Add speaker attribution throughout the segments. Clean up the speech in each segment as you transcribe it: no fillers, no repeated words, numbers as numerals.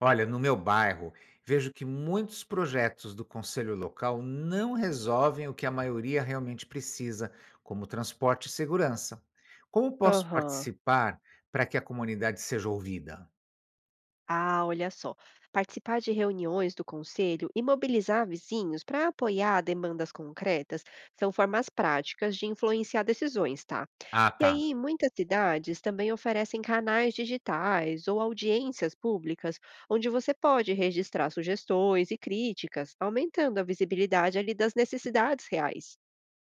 Speaker 1: Olha, no meu bairro, vejo que muitos projetos do conselho local não resolvem o que a maioria realmente precisa, como transporte e segurança. Como posso
Speaker 2: Aham.
Speaker 1: participar para que a comunidade seja ouvida?
Speaker 2: Ah, olha só. Participar de reuniões do conselho e mobilizar vizinhos para apoiar demandas concretas são formas práticas de influenciar decisões, tá?
Speaker 1: Ah,
Speaker 2: E
Speaker 1: tá.
Speaker 2: aí, muitas cidades também oferecem canais digitais ou audiências públicas onde você pode registrar sugestões e críticas, aumentando a visibilidade ali das necessidades reais.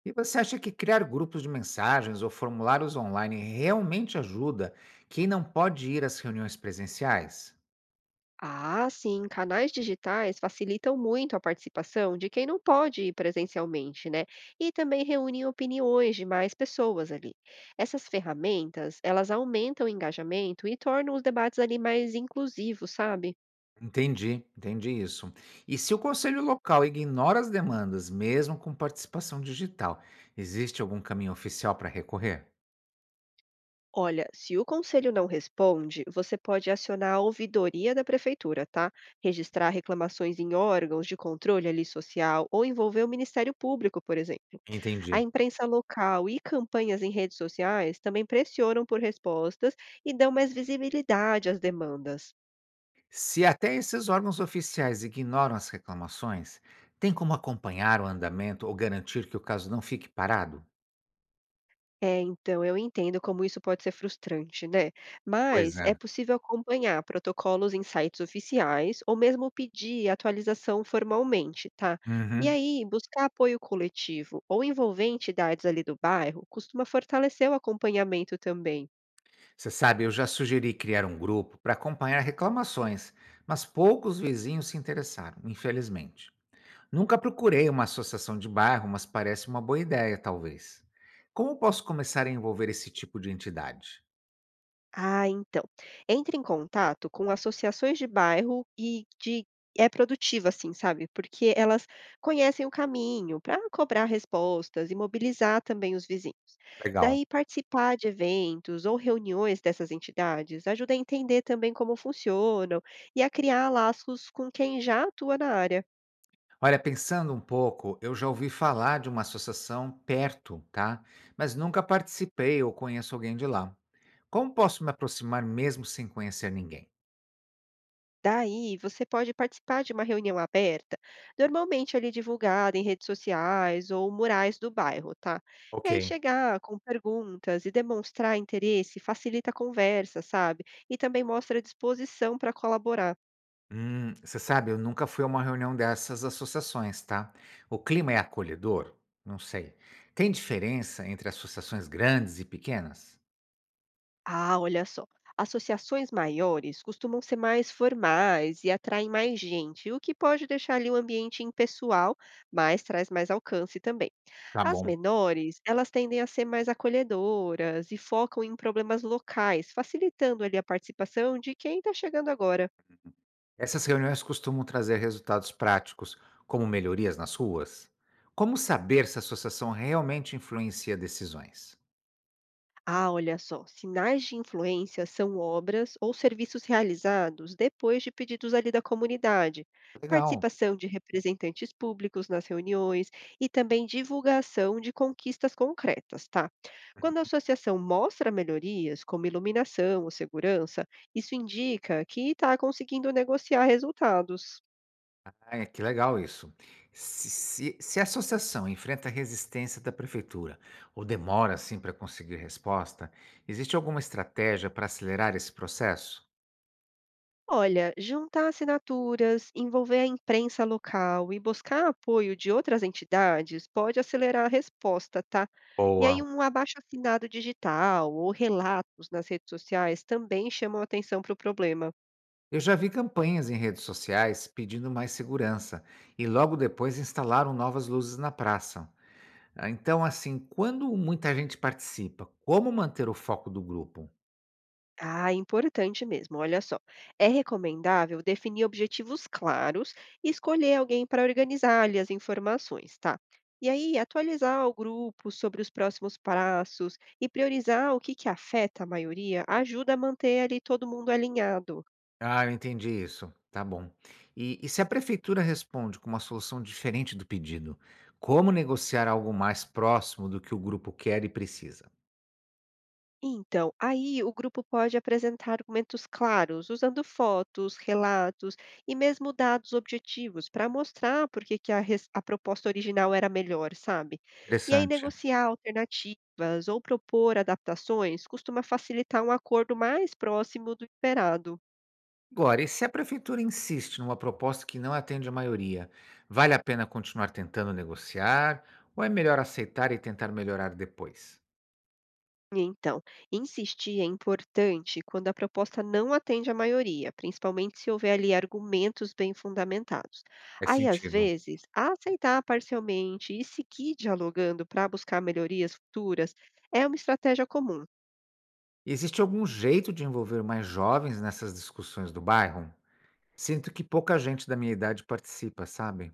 Speaker 1: E você acha que criar grupos de mensagens ou formulários online realmente ajuda quem não pode ir às reuniões presenciais?
Speaker 2: Ah, sim, canais digitais facilitam muito a participação de quem não pode ir presencialmente, né? E também reúnem opiniões de mais pessoas ali. Essas ferramentas, elas aumentam o engajamento e tornam os debates ali mais inclusivos, sabe?
Speaker 1: Entendi, entendi isso. E se o conselho local ignora as demandas, mesmo com participação digital, existe algum caminho oficial para recorrer?
Speaker 2: Olha, se o conselho não responde, você pode acionar a ouvidoria da prefeitura, tá? Registrar reclamações em órgãos de controle ali social ou envolver o Ministério Público, por exemplo. A
Speaker 1: Entendi.
Speaker 2: imprensa local e campanhas em redes sociais também pressionam por respostas e dão mais visibilidade às demandas.
Speaker 1: Se até esses órgãos oficiais ignoram as reclamações, tem como acompanhar o andamento ou garantir que o caso não fique parado?
Speaker 2: É, então eu entendo como isso pode ser frustrante, né?
Speaker 1: Pois
Speaker 2: Mas é
Speaker 1: é.
Speaker 2: possível acompanhar protocolos em sites oficiais ou mesmo pedir atualização formalmente, tá? E
Speaker 1: Uhum.
Speaker 2: aí, buscar apoio coletivo ou envolver entidades ali do bairro costuma fortalecer o acompanhamento também.
Speaker 1: Você sabe, eu já sugeri criar um grupo para acompanhar reclamações, mas poucos vizinhos se interessaram, infelizmente. Nunca procurei uma associação de bairro, mas parece uma boa ideia, talvez. Como posso começar a envolver esse tipo de entidade?
Speaker 2: Ah, então. Entre em contato com associações de bairro e de é produtiva, assim, sabe? Porque elas conhecem o caminho para cobrar respostas e mobilizar também os vizinhos.
Speaker 1: Legal.
Speaker 2: Daí, participar de eventos ou reuniões dessas entidades ajuda a entender também como funcionam e a criar laços com quem já atua na área.
Speaker 1: Olha, pensando um pouco, eu já ouvi falar de uma associação perto, tá? Mas nunca participei ou conheço alguém de lá. Como posso me aproximar mesmo sem conhecer ninguém?
Speaker 2: Daí, você pode participar de uma reunião aberta, normalmente ali divulgada em redes sociais ou murais do bairro, tá? E
Speaker 1: Ok.
Speaker 2: aí chegar com perguntas e demonstrar interesse facilita a conversa, sabe? E também mostra disposição para colaborar.
Speaker 1: Você sabe, eu nunca fui a uma reunião dessas associações, tá? O clima é acolhedor? Não sei. Tem diferença entre associações grandes e pequenas?
Speaker 2: Ah, olha só. Associações maiores costumam ser mais formais e atraem mais gente, o que pode deixar ali o ambiente impessoal, mas traz mais alcance também.
Speaker 1: Tá
Speaker 2: As
Speaker 1: bom.
Speaker 2: menores, elas tendem a ser mais acolhedoras e focam em problemas locais, facilitando ali a participação de quem está chegando agora.
Speaker 1: Essas reuniões costumam trazer resultados práticos, como melhorias nas ruas? Como saber se a associação realmente influencia decisões?
Speaker 2: Ah, olha só, sinais de influência são obras ou serviços realizados depois de pedidos ali da comunidade,
Speaker 1: Legal.
Speaker 2: participação de representantes públicos nas reuniões e também divulgação de conquistas concretas, tá? Quando a associação mostra melhorias, como iluminação ou segurança, isso indica que está conseguindo negociar resultados.
Speaker 1: Ah, que legal isso. Se a associação enfrenta resistência da prefeitura ou demora assim para conseguir resposta, existe alguma estratégia para acelerar esse processo?
Speaker 2: Olha, juntar assinaturas, envolver a imprensa local e buscar apoio de outras entidades pode acelerar a resposta, tá? E aí,
Speaker 1: Boa.
Speaker 2: um abaixo-assinado digital ou relatos nas redes sociais também chamam atenção para o problema.
Speaker 1: Eu já vi campanhas em redes sociais pedindo mais segurança e logo depois instalaram novas luzes na praça. Ah, então, assim, quando muita gente participa, como manter o foco do grupo?
Speaker 2: Ah, importante mesmo. Olha só. É recomendável definir objetivos claros e escolher alguém para organizar ali as informações, tá? E aí, atualizar o grupo sobre os próximos passos e priorizar o que afeta a maioria ajuda a manter ali todo mundo alinhado.
Speaker 1: Ah, eu entendi isso. Tá bom. E se a prefeitura responde com uma solução diferente do pedido, como negociar algo mais próximo do que o grupo quer e precisa?
Speaker 2: Então, aí o grupo pode apresentar argumentos claros, usando fotos, relatos e mesmo dados objetivos para mostrar por que a proposta original era melhor, sabe? E aí
Speaker 1: Interessante.
Speaker 2: negociar alternativas ou propor adaptações costuma facilitar um acordo mais próximo do esperado.
Speaker 1: Agora, e se a prefeitura insiste numa proposta que não atende a maioria, vale a pena continuar tentando negociar ou é melhor aceitar e tentar melhorar depois?
Speaker 2: Então, insistir é importante quando a proposta não atende a maioria, principalmente se houver ali argumentos bem fundamentados.
Speaker 1: Faz
Speaker 2: Aí, às
Speaker 1: sentido.
Speaker 2: vezes, aceitar parcialmente e seguir dialogando para buscar melhorias futuras é uma estratégia comum.
Speaker 1: Existe algum jeito de envolver mais jovens nessas discussões do bairro? Sinto que pouca gente da minha idade participa, sabe.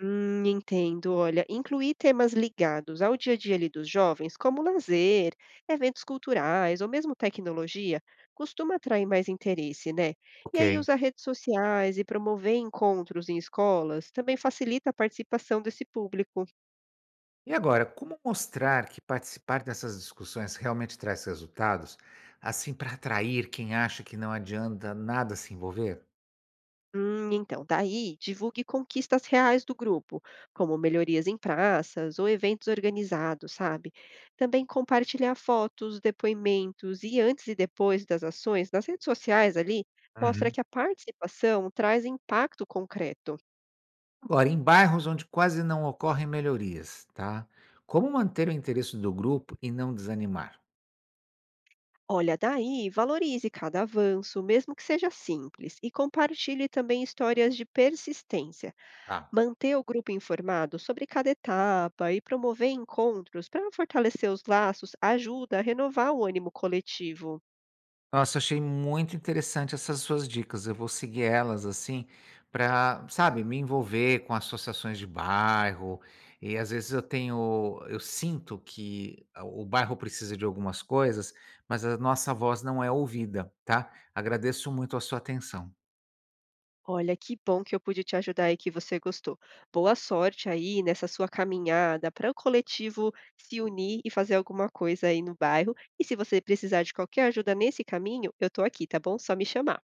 Speaker 2: Entendo. Olha, incluir temas ligados ao dia a dia ali dos jovens, como lazer, eventos culturais ou mesmo tecnologia, costuma atrair mais interesse, né? E
Speaker 1: Ok.
Speaker 2: aí usar redes sociais e promover encontros em escolas também facilita a participação desse público.
Speaker 1: E agora, como mostrar que participar dessas discussões realmente traz resultados, assim, para atrair quem acha que não adianta nada se envolver?
Speaker 2: Então, daí divulgue conquistas reais do grupo, como melhorias em praças ou eventos organizados, sabe? Também compartilhar fotos, depoimentos e antes e depois das ações nas redes sociais ali mostra
Speaker 1: Uhum.
Speaker 2: que a participação traz impacto concreto.
Speaker 1: Agora, em bairros onde quase não ocorrem melhorias, tá, como manter o interesse do grupo e não desanimar?
Speaker 2: Olha, daí valorize cada avanço, mesmo que seja simples, e compartilhe também histórias de persistência.
Speaker 1: Tá.
Speaker 2: Manter o grupo informado sobre cada etapa e promover encontros para fortalecer os laços ajuda a renovar o ânimo coletivo.
Speaker 1: Nossa, achei muito interessante essas suas dicas. Eu vou seguir elas assim para, sabe, me envolver com associações de bairro. E às vezes eu tenho, eu sinto que a- o bairro precisa de algumas coisas, mas a nossa voz não é ouvida, tá? Agradeço muito a sua atenção.
Speaker 2: Olha, que bom que eu pude te ajudar e que você gostou. Boa sorte aí nessa sua caminhada para o coletivo se unir e fazer alguma coisa aí no bairro. E se você precisar de qualquer ajuda nesse caminho, eu estou aqui, tá bom? Só me chamar.